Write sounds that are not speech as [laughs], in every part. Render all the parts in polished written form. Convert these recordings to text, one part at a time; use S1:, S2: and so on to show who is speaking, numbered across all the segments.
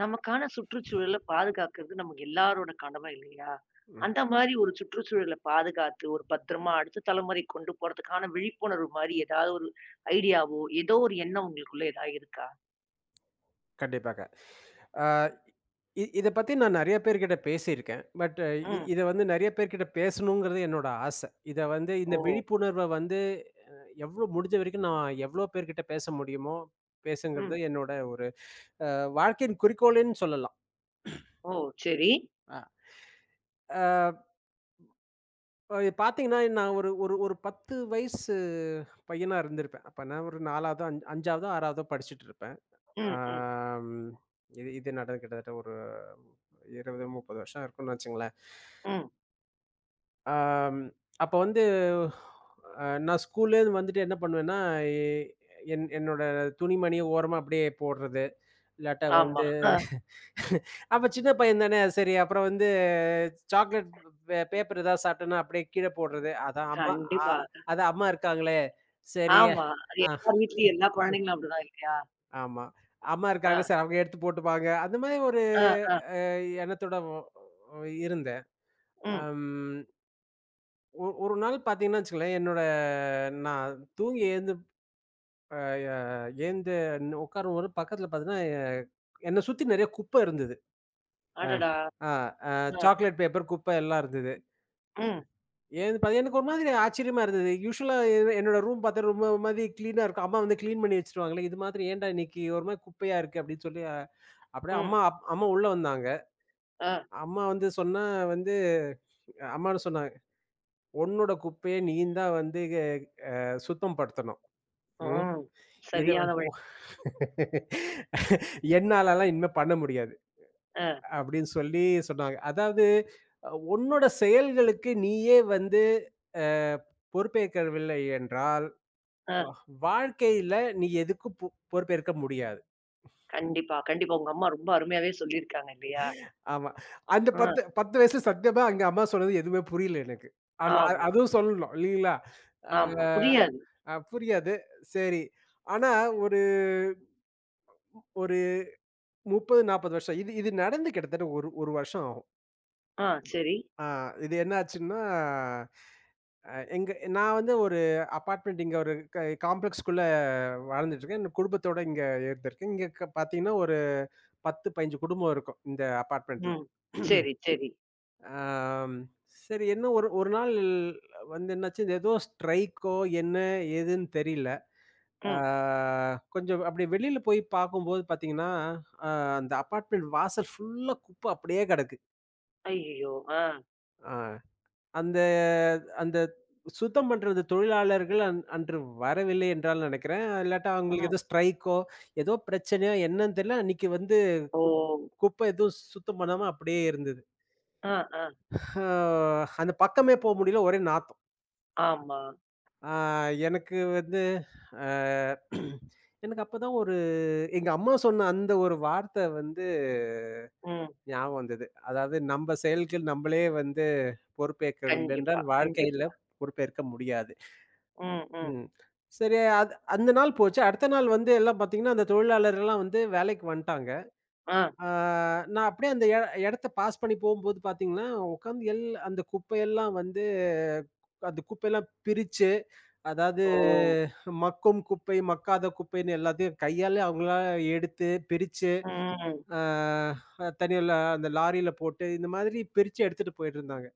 S1: நமக்கான சுற்றுச்சூழல பாதுகாக்கிறது நமக்கு எல்லாரோட கடமை இல்லையா?
S2: ம்.
S1: அந்த மாரி ஒரு சுற்றுச்சூழல பாதுகாத்து, ஒரு பத்திரமா அடுத்த தலைமுறை கொண்டு போறதுக்கான விழிப்புணர்வு மாரி ஏதாவது ஒரு ஐடியாவோ, ஏதோ ஒரு எண்ணம் உங்களுக்குள்ள ஏதாவது இருக்கா?
S2: கண்டிப்பாங்க. ஆ இ இத பத்தி நான் நெறைய பேர்கிட்ட பேசியிருக்கேன். பட் இ
S1: ம்.
S2: இத வந்து நெறைய பேர்கிட்ட பேசணுங்கிறது என்னோட ஆசை. இத வந்து இந்த
S1: ஓ!
S2: விழிப்புணர்வ வந்து அ எவ்ளோ முடிஞ்ச வரைக்கும் நான் எவ்ளோ பேர்கிட்ட பேச முடியுமோ, பேசுங்கிறது
S1: ம்.
S2: என்னோட ஒரு வாழ்க்கையின் குறிக்கோள்ன்னு சொல்லலாம்.
S1: ஓ! சரி.
S2: ஆ. ஆ இப்ப இது பாத்தீங்கன்னா, நான் ஒரு ஒரு ஒரு 10 வயசு பையனா இருந்திருப்பேன். அப்ப நான் ஒரு 4வதோ, 5வதோ, 6வதோ படிச்சுட்டு இருப்பேன்.
S1: ம், ம்,
S2: ஆம், இது இது நடந்து கிட்டத்தட்ட ஒரு 20, 30 வருஷம் இருக்கும்னு வச்சுங்களேன்.
S1: ம்.
S2: ஆம், அப்ப வந்து நான் ஸ்கூல்லேருந்து வந்துட்டு என்ன பண்ணுவேன்னா, எ என் என்னோட துணிமணிய ஓரமா அப்படியே போடுறது. இல்லாட்டா
S1: ஆமா.
S2: வந்து
S1: அ.
S2: அப்ப சின்ன பையன் தானே, சரி அப்புறம் வந்து சாக்லேட் பேப்பர் ஏதாவது சாப்பிட்டேன்னா அப்படியே கீழ போடுறது. அதான் அம்மா அ
S1: கண்டிப்பா.
S2: அதான் அம்மா இருக்காங்களே, சரி
S1: ஆமா. அது
S2: அ
S1: எல்லார் வீட்லயும் எல்லா குழந்தைங்களும் அப்படிதான் இல்லையா?
S2: ஆமா. அம்மா
S1: அ,
S2: இருக்காங்களே சரி அவங்க எடுத்து போட்டுப்பாங்க. அந்த மாதிரி ஒரு
S1: அ, அ.
S2: அ எண்ணத்தோட இருந்தேன்.
S1: ம்.
S2: அம் ஒரு நாள் பார்த்தீங்கன்னா வச்சுக்கங்களேன், என்னோட நான் தூங்கி எழுந்து அ ய எழுந்து உட்காரும்போது பக்கத்துல பார்த்தீங்கன்னா, என்ன சுத்தி நெறைய குப்பை இருந்தது. அ
S1: அடடா!
S2: ஆ அ
S1: அ.
S2: சாக்லேட் பேப்பர், குப்பை எல்லாம் இருந்தது.
S1: ம்,
S2: ஏன்னு பார்த்தா எனக்கு ஒரு மாதிரி ஆச்சரியமா இருந்தது. யூசுவலா என்னோட ரூம் பார்த்தா ரொம்ப ஒரு மாதிரி கிளீனா இருக்கும். அம்மா வந்து கிளீன் பண்ணி வச்சுருவாங்களே, இது மாதிரி ஏன்டா இன்னைக்கு ஒரு மாதிரி குப்பையா இருக்கு அப்படின்னு சொல்லி, அப்படியே அம்மா
S1: ம்.
S2: அம்மா உள்ள வந்தாங்க.
S1: அ.
S2: அம்மா வந்து சொன்னா வந்து அம்மான்னு சொன்னாங்க, "உன்னோட குப்பைய நீயும் தான் வந்து சுத்தம் படுத்தணும். ம்.
S1: ம்.
S2: இத
S1: சரியான
S2: வந்து
S1: வழி.
S2: உ- [laughs] என்னாலலாம் இனிமே பண்ண முடியாது."
S1: அ,
S2: அப்படின்னு சொல்லி சொன்னாங்க. அதாவது உன்னோட செயல்களுக்கு நீயே வந்து அ பொறுப்பேற்கவில்லை என்றால்,
S1: அ.
S2: அஹ், வாழ்க்கையில நீ எதுக்கும் பொறுப்பேற்க முடியாது.
S1: கண்டிப்பா, கண்டிப்பா. உங்க அம்மா ரொம்ப அருமையாவே சொல்லியிருக்காங்க இல்லையா?
S2: ஆமா. அந்த
S1: ஆ,
S2: 10 10 வயசுல சத்தியமா அங்க அம்மா சொன்னது எதுவுமே புரியல எனக்கு. ஆனா
S1: ஆமா,
S2: அதுவும் சொல்லணும் இல்லீங்களா? அ.
S1: ஆமா. புரியாது.
S2: அ புரியாது. சரி. ஆனா ஒரு ஒரு 30, 40 வருஷம். இது இது நடந்து கிட்டத்தட்ட ஒரு 1 வருஷம் ஆகும்.
S1: ஆ, சரி.
S2: ஆ இது என்ன ஆச்சுன்னா, எங்க நான் வந்து ஒரு அபார்ட்மெண்ட் இங்க ஒரு காம்ப்ளெக்ஸ்க்குள்ள வாழ்ந்துட்டுருக்கேன். என் குடும்பத்தோட இங்க இருந்திருக்கேன். இங்க பார்த்தீங்கன்னா, ஒரு 10, 15 குடும்பம் இருக்கும் இந்த அபார்ட்மெண்ட்ல.
S1: ம். சரி, சரி.
S2: ஆம். சரி என்ன ஒரு ஒரு நாள் வந்து என்னாச்சு, இது ஏதோ ஸ்ட்ரைக்கோ என்ன ஏதுன்னு தெரியல. ஆ
S1: ம்.
S2: கொஞ்சம் அப்படி வெளியில போய் பார்க்கும்போது பார்த்தீங்கன்னா, அ அந்த அபார்ட்மெண்ட் வாசல் ஃபுல்லா குப்பை அப்படியே கிடக்கு.
S1: ஐயய்யோ! ஆ,
S2: அ அந்த அந்த சுத்தம் பண்றது தொழிலாளர்கள் அன்று வரவில்லை என்றால் நினைக்கிறேன். இல்லாட்டா அவங்களுக்கு
S1: ம்.
S2: ஏதோ ஸ்ட்ரைக்கோ, ஏதோ பிரச்சனையோ என்னன்னு தெரியல. அன்னைக்கு வந்து
S1: ஓ!
S2: குப்பை எதுவும் சுத்தம் பண்ணாம அப்படியே இருந்தது.
S1: ஆ, ஆ.
S2: ஆ அந்த பக்கமே போ முடியல. ஒரே நாத்தம்.
S1: ஆமா.
S2: ஆ எனக்கு வந்து அ [clears throat] எனக்கு அப்பதான் ஒரு எங்க அம்மா சொன்ன அந்த ஒரு வார்த்தை வந்து
S1: ம்.
S2: ஞாபகம் வந்தது. அதாவது நம்ப செயலுக்கு நம்பளே வந்து பொறுப்பேற்கவில்லை
S1: கண்டிப்பா,
S2: என்றால்,
S1: கண்டிப்பா.
S2: வாழ்க்கையில பொறுப்பேற்க முடியாது.
S1: ம், ம்.
S2: ம். சரி அது அந்த நாள் போச்சு. அடுத்த நாள் வந்து எல்லாம் பார்த்தீங்கன்னா, அந்த தொழிலாளர்கள்லாம் வந்து வேலைக்கு வந்ட்டாங்க.
S1: ஆ.
S2: ஆ நான் அப்படியே அந்த இடத்த பாஸ் பண்ணி போகும்போது பார்த்தீங்கன்னா, உட்காந்து எல் அந்த குப்பையெல்லாம் வந்து அந்த குப்பையெல்லாம் பிரிச்சு, அதாவது
S1: ஓ!
S2: மக்கும் குப்பை, மக்காத குப்பைன்னு எல்லாத்தையும் கையாலே அவங்களா எடுத்து பிரிச்சு
S1: ம்.
S2: ஆ தனியால அந்த லாரியில போட்டு, இந்த மாதிரி பிரிச்சு எடுத்துட்டு போயிட்டுருந்தாங்க.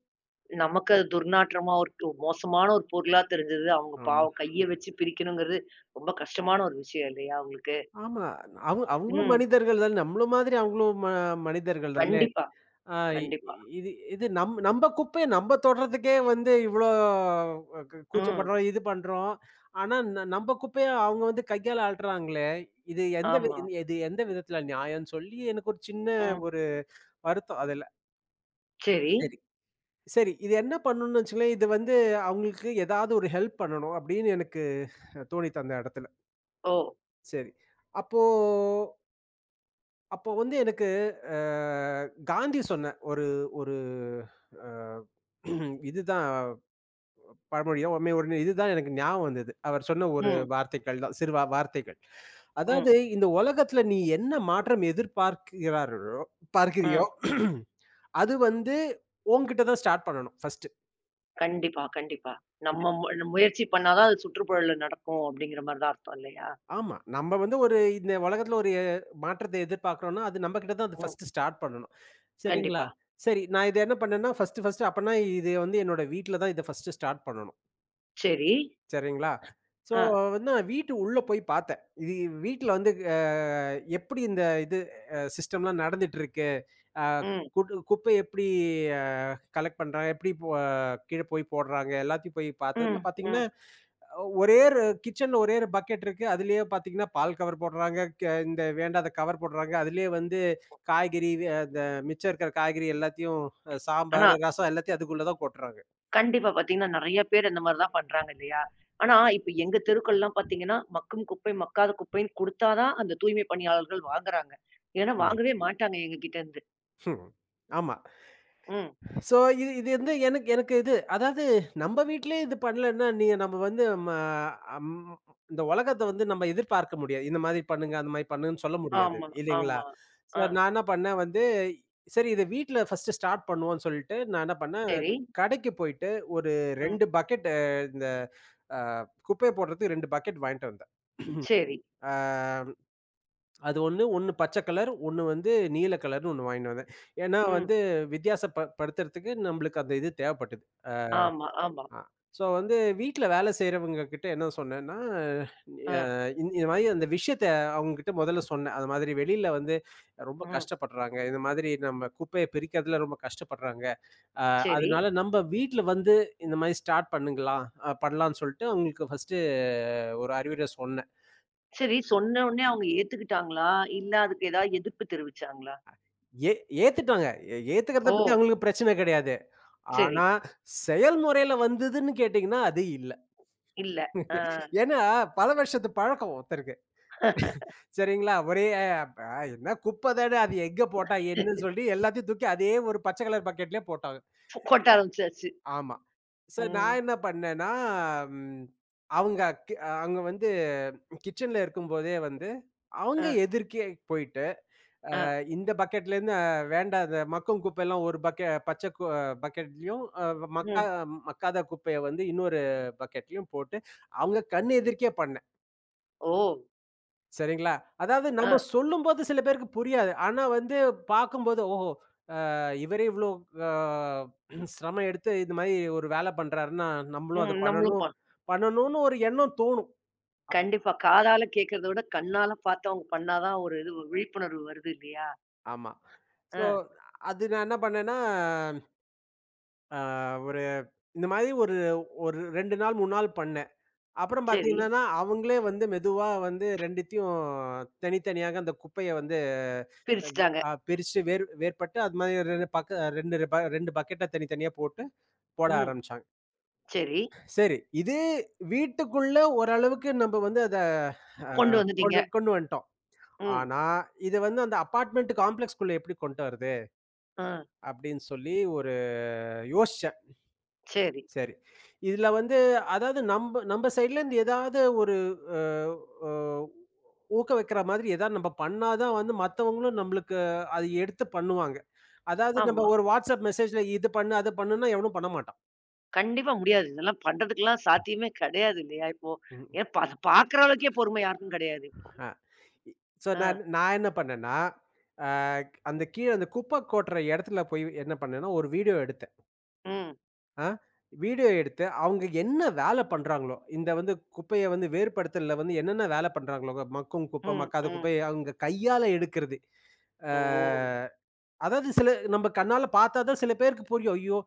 S1: நமக்கு அது துர்நாற்றமா ஒரு மோசமான ஒரு பொருளா தெரிஞ்சது. அவங்க
S2: ஆமா.
S1: பாவம் கைய வச்சு பிரிக்கணுங்கிறது ரொம்ப கஷ்டமான ஒரு விஷயம் இல்லையா அவங்களுக்கு?
S2: ஆமா. அவங்களும்
S1: ம்.
S2: மனிதர்கள் தானே. நம்மளும் மாதிரி அவங்களும் மனிதர்கள் தானே.
S1: கண்டிப்பா,
S2: ஆ
S1: கண்டிப்பா.
S2: இது இது நம்ப குப்பைய நம்ப தொடுறதுக்கே வந்து இவ்ளோ
S1: ம்.
S2: கூச்சப்படுறோம், இது பண்றோம். ஆனா நம்ப குப்பைய அவங்க வந்து கையால அள்ளுறாங்களே! இது எந்த வி
S1: ஆமா.
S2: இது எந்த விதத்தில நியாயம்ன்னு சொல்லி எனக்கு ஒரு சின்ன
S1: ம்.
S2: ஒரு வருத்தம் அதுல.
S1: சரி.
S2: சரி. சரி. இது என்ன பண்ணணும்னு வச்சுக்கங்களேன், இது வந்து அவங்களுக்கு ஏதாவது ஒரு ஹெல்ப் பண்ணணும் அப்படின்னு எனக்கு தோணித்து அந்த இடத்துல.
S1: ஓ!
S2: சரி. அப்போ அப்போ வந்து எனக்கு அ காந்தி சொன்ன ஒரு ஒரு அ [clears throat] இதுதான் பழமொழியோ, உவமையோ உடனே இதுதான் எனக்கு ஞாபகம் வந்தது. அவர் சொன்ன ஒரு
S1: ம்,
S2: வார்த்தைகள் தான், சிறு வார்த்தைகள்.
S1: ம்,
S2: அதாவது இந்த உலகத்துல நீ என்ன மாற்றம் எதிர்பார்க்கிறார்களோ பார்க்கிறியோ,
S1: ம்.
S2: [clears throat] அது வந்து உன்கிட்ட தான் ஸ்டார்ட் பண்ணணும் ஃபர்ஸ்ட்டு.
S1: கண்டிப்பா, கண்டிப்பா. நம்ம முயற்சி பண்ணா தான் அது சுற்றுப்புறல்ல நடக்கும் அப்படிங்கிற மாரி தான் அர்த்தம் இல்லையா?
S2: ஆமா. நம்ம வந்து ஒரு இந்த உலகத்துல ஒரு மாற்றத்தை எதிர்பார்க்கிறோம்னா, அது நம்ம கிட்ட தான் அது
S1: ம்.
S2: ஃபர்ஸ்ட்டு ஸ்டார்ட் பண்ணணும். சரிங்களா?
S1: கண்டிப்பா.
S2: சரி நான் இத என்ன பண்ணேன்னா, ஃபர்ஸ்ட்டு ஃபர்ஸ்ட்டு அப்பன்னா இது வந்து என்னோட வீட்ல தான் இத ஃபர்ஸ்ட்டு ஸ்டார்ட் பண்ணணும்.
S1: சரி.
S2: சரிங்களா? ஸோ
S1: ஆ.
S2: வந்து நான் வீட்டு உள்ள போய் பார்த்தேன். இது வீட்ல வந்து எப்படி இந்த இது சிஸ்டம்லாம் நடந்துட்டு இருக்கு? அ
S1: ம்,
S2: குட் குப்பைய எப்படி அ கலெக்ட் பண்றாங்க? எப்படி கீழ போய் போடுறாங்க? எல்லாத்தையும் போய் பார்த்ததுல
S1: ம்,
S2: பார்த்தீங்கன்னா
S1: ம்.
S2: ஒரே ஒரு கிச்சன்ல ஒரே ஒரு பக்கெட் இருக்கு. அதிலேயே பார்த்தீங்கன்னா, பால் கவர் போடுறாங்க. இந்த வேண்டாத கவர் போடுறாங்க. அதிலேயே வந்து காய்கறி வே அந்த மிச்சம் இருக்கிற காய்கறி எல்லாத்தையும்
S1: ஆனா,
S2: சாம்பார், ரசம் எல்லாத்தையும் அதுக்குள்ள தான் கொட்டுறாங்க.
S1: கண்டிப்பா பார்த்தீங்கன்னா, நெறைய பேர் இந்த மாரி தான் பண்றாங்க இல்லையா? ஆனா, இப்ப எங்க தெருக்கள்லாம் பார்த்தீங்கன்னா, மக்கும் குப்பை, மக்காத குப்பைன்னு குடுத்தா தான் அந்த தூய்மை பணியாளர்கள் வாங்குறாங்க. இல்லன்னா
S2: ம்.
S1: வாங்கவே மாட்டாங்க எங்க கிட்ட இருந்து.
S2: ம். ஆமா.
S1: ம்.
S2: ஸோ இது இது வந்து எனக்கு எனக்கு இது அதாவது நம்ம வீட்லயே இது பண்ணலன்னா, நீ நம்ம வந்து ம அம் இந்த உலகத்த வந்து நம்ம எதிர்பார்க்க முடியாது. இந்த மாதிரி பண்ணுங்க, அந்த மாதிரி பண்ணுங்கன்னு சொல்ல முடியாது.
S1: ஆமா,
S2: இல்லைங்களா?
S1: ஆமா.
S2: ஸோ
S1: ஆ.
S2: நான் என்ன பண்ணேன் வந்து, சரி இத வீட்ல ஃபர்ஸ்ட் ஸ்டார்ட் பண்ணுவோம்ன்னு சொல்லிட்டு, நான் என்ன பண்ணேன்,
S1: சரி.
S2: கடைக்கு போயிட்டு ஒரு
S1: ம்.
S2: 2 பக்கெட் இந்த அ குப்பைய போடுறதுக்கு 2 பக்கெட் வாங்கிட்டு வந்தேன்.
S1: சரி.
S2: அ அது ஒண்ணு, ஒண்ணு பச்சை கலர், ஒண்ணு வந்து நீல கலர்ன்னு ஒண்ணு வாங்கிட்டு வந்தேன். ஏன்னா
S1: ம்.
S2: வந்து வித்தியாச ப படுத்துறதுக்கு நம்மளுக்கு அந்த இது தேவைப்பட்டது.
S1: ஆமா, ஆமா.
S2: அ. ஸோ வந்து வீட்ல வேலை செய்றவங்க கிட்ட என்ன சொன்னேன்னா,
S1: ஆ.
S2: அ இந் இந்த மாரி அந்த விஷயத்த அவங்ககிட்ட முதல்ல சொன்னேன். அந்த மாதிரி வெளியில வந்து ரொம்ப
S1: ம்.
S2: கஷ்டப்படுறாங்க. இந்த மாதிரி நம்ம குப்பைய பிரிக்கிறதுல ரொம்ப கஷ்டப்படுறாங்க. அ
S1: சரி.
S2: அதனால நம்ம வீட்ல வந்து இந்த மாரி ஸ்டார்ட் பண்ணுங்களா பண்ணலான்னு சொல்லிட்டு அவங்களுக்கு ஃபர்ஸ்ட்டு ஒரு அறிவுரை சொன்னேன்.
S1: சரி. சொன்ன உடனே அவங்க ஏத்துக்கிட்டாங்களா? இல்ல அதுக்கு ஏதாவது எதிர்ப்பு தெரிவிச்சாங்களா?
S2: ஏ ஏத்துட்டாங்க. ஏத்துக்கிறத
S1: ஓ!
S2: பத்தி அவங்களுக்கு பிரச்சனை கிடையாது.
S1: சரி.
S2: ஆனா செயல்முறையில வந்ததுன்னு கேட்டீங்கன்னா, அது இல்ல.
S1: இல்ல. ஆ.
S2: ஏன்னா பல வருஷத்து பழக்கம் ஒருத்தருக்கு.
S1: [laughs]
S2: சரிங்களா? ஒரே அ ப என்ன குப்ப தானே அது எங்க போட்டா என்னன்னு சொல்லி எல்லாத்தையும் தூக்கி அதே ஒரு பச்சை கலர் பக்கெட்லயே போட்டாங்க.
S1: கொ- கொட்ட ஆரம்பிச்சாச்சு.
S2: ஆமா. சோ
S1: ம்.
S2: நான் என்ன பண்ணேன்னா, ம் அவங்க கி அவங்க வந்து கிட்சன்ல இருக்கும்போதே வந்து, அவங்க
S1: அ,
S2: எதிர்க்கே போயிட்டு,
S1: அ,
S2: இந்த பக்கெட்லேருந்து வேண்டாத மக்கும் குப்பையெல்லாம் ஒரு பக்கெ பச்சை கு பக்கெட்லயும், அ மக்கா
S1: ம்.
S2: மக்காத குப்பைய வந்து இன்னொரு பக்கெட்லயும் போட்டு, அவங்க கண் எதிர்க்கே பண்ணேன்.
S1: ஓ!
S2: சரிங்களா? அதாவது
S1: அ,
S2: நம்ம சொல்லும்போது சில பேருக்கு புரியாது. ஆனா வந்து பார்க்கும்போது, ஓஹோ! இவரே இவ்ளோ அ சிரமம் எடுத்து இந்த மாரி ஒரு வேல பண்றாருன்னா, நம்மளும் அத
S1: ம். நம்மளும்
S2: பண்ணணும்
S1: பண்
S2: பண்ணணும்னு ஒரு எண்ணம் தோணும்.
S1: கண்டிப்பா. காதால கேட்கறத விட கண்ணால பார்த்து அவங்க பண்ணா தான் ஒரு இது விழிப்புணர்வு வருது இல்லையா?
S2: ஆமா. ஸோ
S1: ஆ.
S2: அது நான் என்ன பண்ணேன்னா, அ ஒரு இந்த மாரி ஒரு ஒரு 2 நாள் 3 நாள் பண்ணேன். அப்புறம்
S1: சரி.
S2: பார்த்தீங்கன்னா, அவங்களே வந்து மெதுவா வந்து 2த்தையும் தனித்தனியாக அந்த குப்பைய வந்து
S1: பிரிச்சுட்டாங்க.
S2: பிரிச்சு வேறு வேறுபட்டு அது மாரி 2 பக்கெட்ட தனித்தனியா போட்டு போட
S1: ம்.
S2: ஆரம்பிச்சாங்க.
S1: சரி.
S2: சரி, இது வீட்டுக்குள்ள ஓரளவுக்கு நம்ப வந்து அத அ
S1: கொண்டு வந்துட்டீங்க.
S2: கொண்டு கொண்டு வந்துட்டோம்.
S1: ம்.
S2: ஆனா, இது வந்து அந்த அபார்ட்மெண்ட் காம்ப்ளெக்ஸ்க்குள்ள எப்படி கொண்டு வரது?
S1: ஆ.
S2: அப்படின்னு சொல்லி ஒரு யோசிச்சேன்.
S1: சரி.
S2: சரி, இதுல வந்து அதாவது நம்ப நம்ப சைட்ல இருந்து ஏதாவது ஒரு அ அ ஊக்க வைக்கிற மாதிரி ஏதாவது நம்ப பண்ணா தான் வந்து மத்தவங்களும் நம்மளுக்கு அத எடுத்து பண்ணுவாங்க. அதாவது நம்ப
S1: ஆமா.
S2: ஒரு WhatsApp மெசேஜ்ல இது பண்ணு, அது பண்ணுன்னா எவனும் பண்ண மாட்டான்.
S1: கண்டிப்பா முடியாது. இதெல்லாம் பண்றதுக்கெல்லாம் சாத்தியமே கிடையாது இல்லையா இப்போ?
S2: ம்.
S1: ஏன் பா பார்க்குற அளவுக்கே பொறுமை யாருக்கும் கிடையாது.
S2: அ இ சோ
S1: ஆ.
S2: நான் நான் என்ன பண்ணேன்னா, அ அந்த கீழ அந்த குப்பை கொட்டுற இடத்துல போய் என்ன பண்ணேன்னா, ஒரு வீடியோ எடுத்தேன்.
S1: ம்.
S2: ஆ வீடியோ எடுத்து, அவங்க என்ன வேலை பண்றாங்களோ, இந்த வந்து குப்பைய வந்து வேறுபடுத்தல்ல வந்து என்னென்ன வேலை பண்றாங்களோ, மக்கும் குப்பை,
S1: ம்.
S2: மக்காத
S1: ம்.
S2: குப்பைய அவங்க கையால எடுக்கிறது. அ
S1: ஓ!
S2: அதாவது சில நம்ம கண்ணால பார்த்தா தான் சில பேருக்கு புரியும். ஐயோ!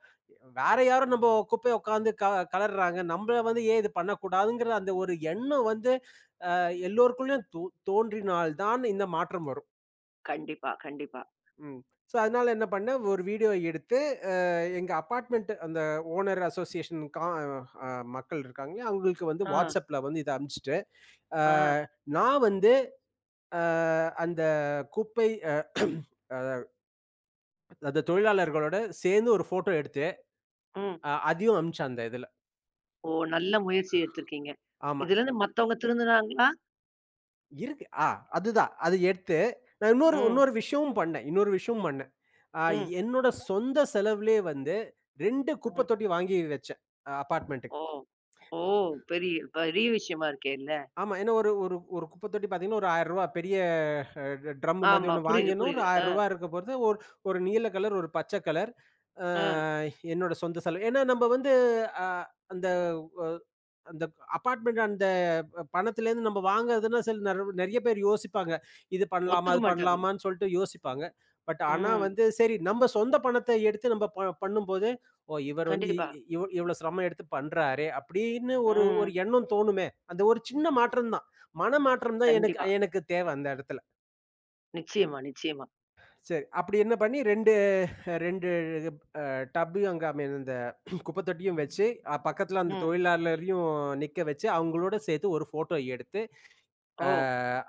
S2: வேற யாரோ நம்ப குப்பைய உட்காந்து கலர்றாங்க. நம்பள வந்து ஏன் இது பண்ணக்கூடாதுங்கிற அந்த ஒரு எண்ணம் வந்து அ எல்லோருக்குள்ளயும் தோன்றினால் தான் இந்த மாற்றம் வரும்.
S1: கண்டிப்பா, கண்டிப்பா.
S2: ம். சோ, அதனால என்ன பண்ணேன், ஒரு வீடியோ எடுத்து, எங்க அபார்ட்மெண்ட் அந்த ஓனர் அசோசியேஷன் கா அ மக்கள் இருக்காங்கல்லையா, அவங்களுக்கு வந்து
S1: ஆ.
S2: WhatsAppல வந்து இத அனுப்பிச்சுட்டு, அ
S1: ஆ.
S2: நான் வந்து அ அந்த குப்பை அ அ அந்த தொழிலாளர்களோட சேர்ந்து ஒரு ஃபோட்டோ எடுத்து,
S1: ம்.
S2: அதையும் அனுப்பிச்சேன் அந்த இதுல.
S1: ஓ! நல்ல முயற்சி எடுத்திருக்கீங்க.
S2: ஆமா.
S1: இதுலருந்து மத்தவங்க திருந்துனாங்களா?
S2: இருக்கு. அதுதான். அது எடுத்து, நான் இன்னொரு
S1: ம்.
S2: இன்னொரு விஷயமும் பண்ணேன். இன்னொரு விஷயமும் பண்ணேன். அ
S1: ம்.
S2: என்னோட சொந்த செலவுலயே வந்து 2 குப்பை
S1: ம்.
S2: தொட்டி வாங்கி வச்சேன், அபார்ட்மெண்ட்டுக்கு.
S1: ஓ! ஓ! பெரிய பெரிய விஷயமா இருக்கே இல்ல.
S2: ஆமா. ஏன்னா ஒரு ஒரு ஒரு குப்பை தொட்டி பார்த்தீங்கன்னா, ஒரு ரூ. 1000 பெரிய அ ட்ரம் மாரி
S1: ஆமா.
S2: ஒண்ணு
S1: புரியுது,
S2: வாங்கினோம். ஒரு
S1: புரியுது. ஆ.
S2: ரூ. 1000 இருக்க போறது. ஒரு ஒரு நீல கலர், ஒரு பச்சை கலர். அ
S1: ஆ.
S2: என்னோட சொந்த செலவு. ஏன்னா, நம்ப வந்து அ அந்த ஒ அந்த அபார்ட்மெண்ட் அந்த பணத்துலேருந்து நம்ம வாங்குறதுன்னா சில நிறைய பேர் யோசிப்பாங்க. இது பண்ணலாமா?
S1: ஒத்துக்க
S2: அது
S1: மாட்டாங்க.
S2: பண்ணலாமான்னு சொல்லிட்டு யோசிப்பாங்க. ஆனா
S1: ம்.
S2: வந்து சரி நம்ம சொந்த பணத்த எடுத்து நம்ம பண்ணும்போது, "ஓ! இவர் வந்து இ
S1: கண்டிப்பா.
S2: இவ் இவ்ளோ சிரமம் எடுத்து பண்றாரே!" அப்படின்னு ஒரு ஒரு
S1: ம்.
S2: எண்ணம் தோணுமே. அந்த ஒரு சின்ன மாற்றம் தான். மனமாற்றம் தான் எனக்கு
S1: கண்டிப்பா.
S2: எனக்கு தேவை அந்த இடத்துல.
S1: நிச்சயமா, நிச்சயமா.
S2: சரி அப்படி என்ன பண்ணி 2 2 அ டப்பையும் அங்க ஐ மீன் அந்த குப்பை தொட்டியும் வச்சு, பக்கத்துல அந்த
S1: ம்.
S2: தொழிலாளரையும் நிக்க வச்சு, அவங்களோட சேர்த்து ஒரு ஃபோட்டோ எடுத்து அ
S1: ஓ!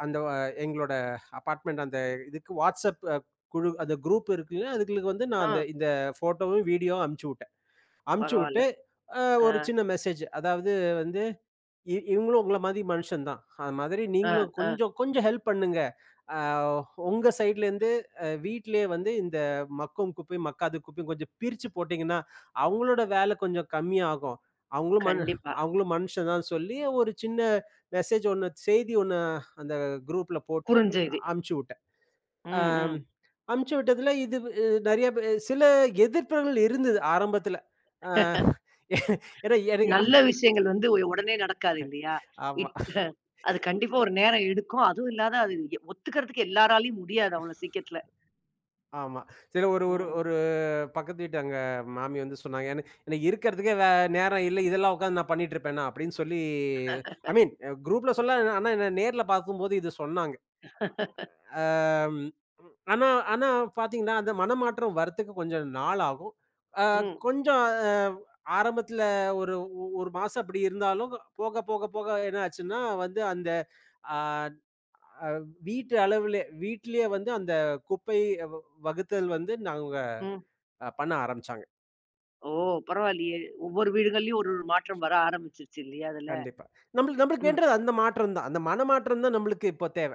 S2: அந்த வ எங்களோட அபார்ட்மெண்ட் அந்த இதுக்கு WhatsApp குழு அந்த குரூப் இருக்குல்ல, அதுகளுக்கு வந்து நான்
S1: ஆ.
S2: அந்த இந்த ஃபோட்டோவும், வீடியோவும் அனுப்பிச்சு விட்டேன். அனுப்பிச்சு
S1: பரவால்ல.
S2: விட்டு,
S1: ஆ.
S2: ஒரு சின்ன மெசேஜ் அதாவது வந்து இவங்களும் உங்கள மாரி மனுஷன் தான். அது மாதிரி
S1: ஆ.
S2: நீங்களும்
S1: ஆ.
S2: கொஞ்சம் கொஞ்சம் ஹெல்ப் பண்ணுங்க. அ உங்க சைட்லேருந்து வீட்லயே வந்து இந்த மக்கும் குப்பையும், மக்காத குப்பையும் கொஞ்சம் பிரிச்சு போட்டீங்கன்னா, அவங்களோட வேலை கொஞ்சம் கம்மியாகும். அவங்களும் மனு
S1: கண்டிப்பா.
S2: அவங்களும் மனுஷன் தான் சொல்லி ஒரு சின்ன மெசேஜ் ஒண்ணு செய்தி ஒண்ணு அந்த குரூப்ல போட்டு ந-
S1: குறுஞ்செய்தி.
S2: அனுப்பிச்சு விட்டேன்.
S1: ம்.
S2: அம்
S1: ம்.
S2: அனுப்பிச்சு விட்டதுல இது அ நெறைய பே சில எதிர்ப்புகள் இருந்தது ஆரம்பத்துல. அ ஏன்னா எனக்கு
S1: நல்ல விஷயங்கள் வந்து உடனே நடக்காது இல்லையா?
S2: ஆமா,
S1: இட் [laughs] அது கண்டிப்பா ஒரு நேரம் எடுக்கும். அதுவும் இல்லாத அது எ ஒத்துக்கிறதுக்கு எல்லாராலயும் முடியாது அவ்வளோ சீக்கிரத்துல.
S2: ஆமா. சில ஒரு ஒரு ஒரு
S1: ம்.
S2: பக்கத்து வீட்டு அங்க மாமி வந்து சொன்னாங்க. எனக்கு இருக்கிறதுக்கே நேரம் இல்ல. இதெல்லாம் உட்காந்து நான் பண்ணிட்டு இருப்பேனா?" அப்படின்னு சொல்லி ஐ மீன் குரூப்ல சொல்ல ஆனா என்ன நேர்ல பார்க்கும்போது இது சொன்னாங்க. அம் ஆனா ஆனா பார்த்தீங்கன்னா, அந்த மனமாற்றம் வரத்துக்கு கொஞ்சம் நாள் ஆகும்.
S1: ம்.
S2: கொஞ்சம் அ ஆரம்பத்துல ஒரு 1 மாசம் அப்படி இருந்தாலும், போக போக போக என்ன ஆச்சுன்னா வந்து அந்த அ வீட்டு அளவிலே வீட்டிலேயே வந்து அந்த குப்பை வ வகுத்தல் வந்து நாங்க
S1: ம்.
S2: பண்ண ஆரம்பிச்சாங்க.
S1: ஓ! பரவாயில்லையே. ஒவ்வொரு வீடுகள்லயும் ஒரு ஒரு மாற்றம் வர ஆரம்பிச்சிருச்சு இல்லையா அதுல?
S2: கண்டிப்பா. நம்மளுக்கு நம்மளுக்கு
S1: ம்.
S2: வேண்டது அந்த மாற்றம் தான். அந்த மனமாற்றம் தான் நம்மளுக்கு இப்போ தேவ.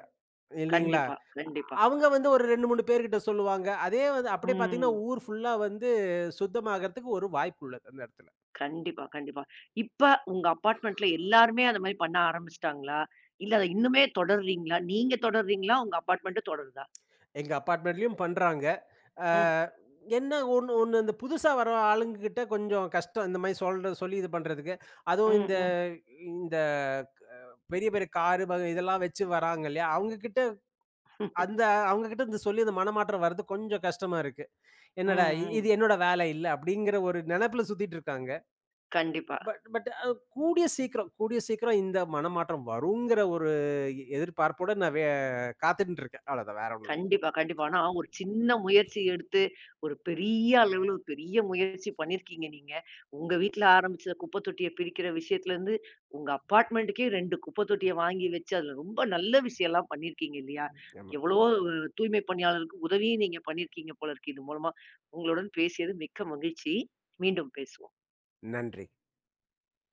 S2: இல்லீங்களா?
S1: கண்டிப்பா, கண்டிப்பா.
S2: அவங்க வந்து ஒரு 2, 3 பேர்கிட்ட சொல்லுவாங்க. அதே வந்து அப்படியே பார்த்தீங்கன்னா,
S1: ம்.
S2: ஊர் ஃபுல்லா வந்து சுத்தமாகறதுக்கு ஒரு வாய்ப்பு உள்ளது அந்த இடத்துல.
S1: கண்டிப்பா, கண்டிப்பா. இப்ப உங்க அபார்ட்மெண்ட்ல எல்லாருமே அந்த மாரி பண்ண ஆரம்பிச்சுட்டாங்களா? இல்ல அத இன்னுமே தொடர்றீங்களா? நீங்க தொடர்றீங்களா? உங்க அபார்ட்மெண்ட்டும் தொடருதா?
S2: எங்க அபார்ட்மெண்ட்லயும் பண்றாங்க. அ
S1: ம்.
S2: என்ன ஒண்ணு ஒண்ணு இந்த புதுசா வர ஆளுங்ககிட்ட கொஞ்சம் கஷ்டம். இந்த மாரி சொல்ற சொல்லி இது பண்றதுக்கு. அதுவும்
S1: ம்,
S2: இந்த
S1: ம்.
S2: இந்த க பெரிய பெரிய காரு இதெல்லாம் வச்சு வராங்க இல்லையா? அவங்க கிட்ட
S1: [laughs]
S2: அந்த அவங்க கிட்ட இந்த சொல்லி அந்த மனமாற்றம் வர்றது கொஞ்சம் கஷ்டமா இருக்கு.
S1: ம்,
S2: என்னடா
S1: ம்.
S2: இது என்னோட வேலை இல்ல அப்படிங்கிற ஒரு நெனப்புல சுத்திட்டு இருக்காங்க.
S1: கண்டிப்பா.
S2: பட் பட் அ கூடிய சீக்கிரம் இந்த மனமாற்றம் வருங்கிற ஒரு எதிர்பார்ப்போட நான் காத்துட்டு இருக்கேன். அவ்வளோதான் வேற ஒண்ணும் இல்ல.
S1: கண்டிப்பா, கண்டிப்பா. ஆனா ஒரு சின்ன முயற்சி எடுத்து, ஒரு பெரிய அளவுல ஒரு பெரிய முயற்சி பண்ணியிருக்கீங்க நீங்க. உங்க வீட்ல ஆரம்பிச்ச குப்பை தொட்டிய பிரிக்கிற விஷயத்துலருந்து, உங்க அபார்ட்மெண்ட்டுக்கே 2 குப்பை தொட்டிய வாங்கி வச்சு, அதுல ரொம்ப நல்ல விஷயம்லாம் பண்ணியிருக்கீங்க இல்லையா?
S2: ஆமா.
S1: எவ்வளவோ தூய்மை பணியாளருக்கு உதவியும் நீங்க பண்ணியிருக்கீங்க போல இருக்கு. இது மூலமா. உங்களுடன் பேசியது மிக்க மகிழ்ச்சி. மீண்டும் பேசுவோம்.
S2: நன்றி.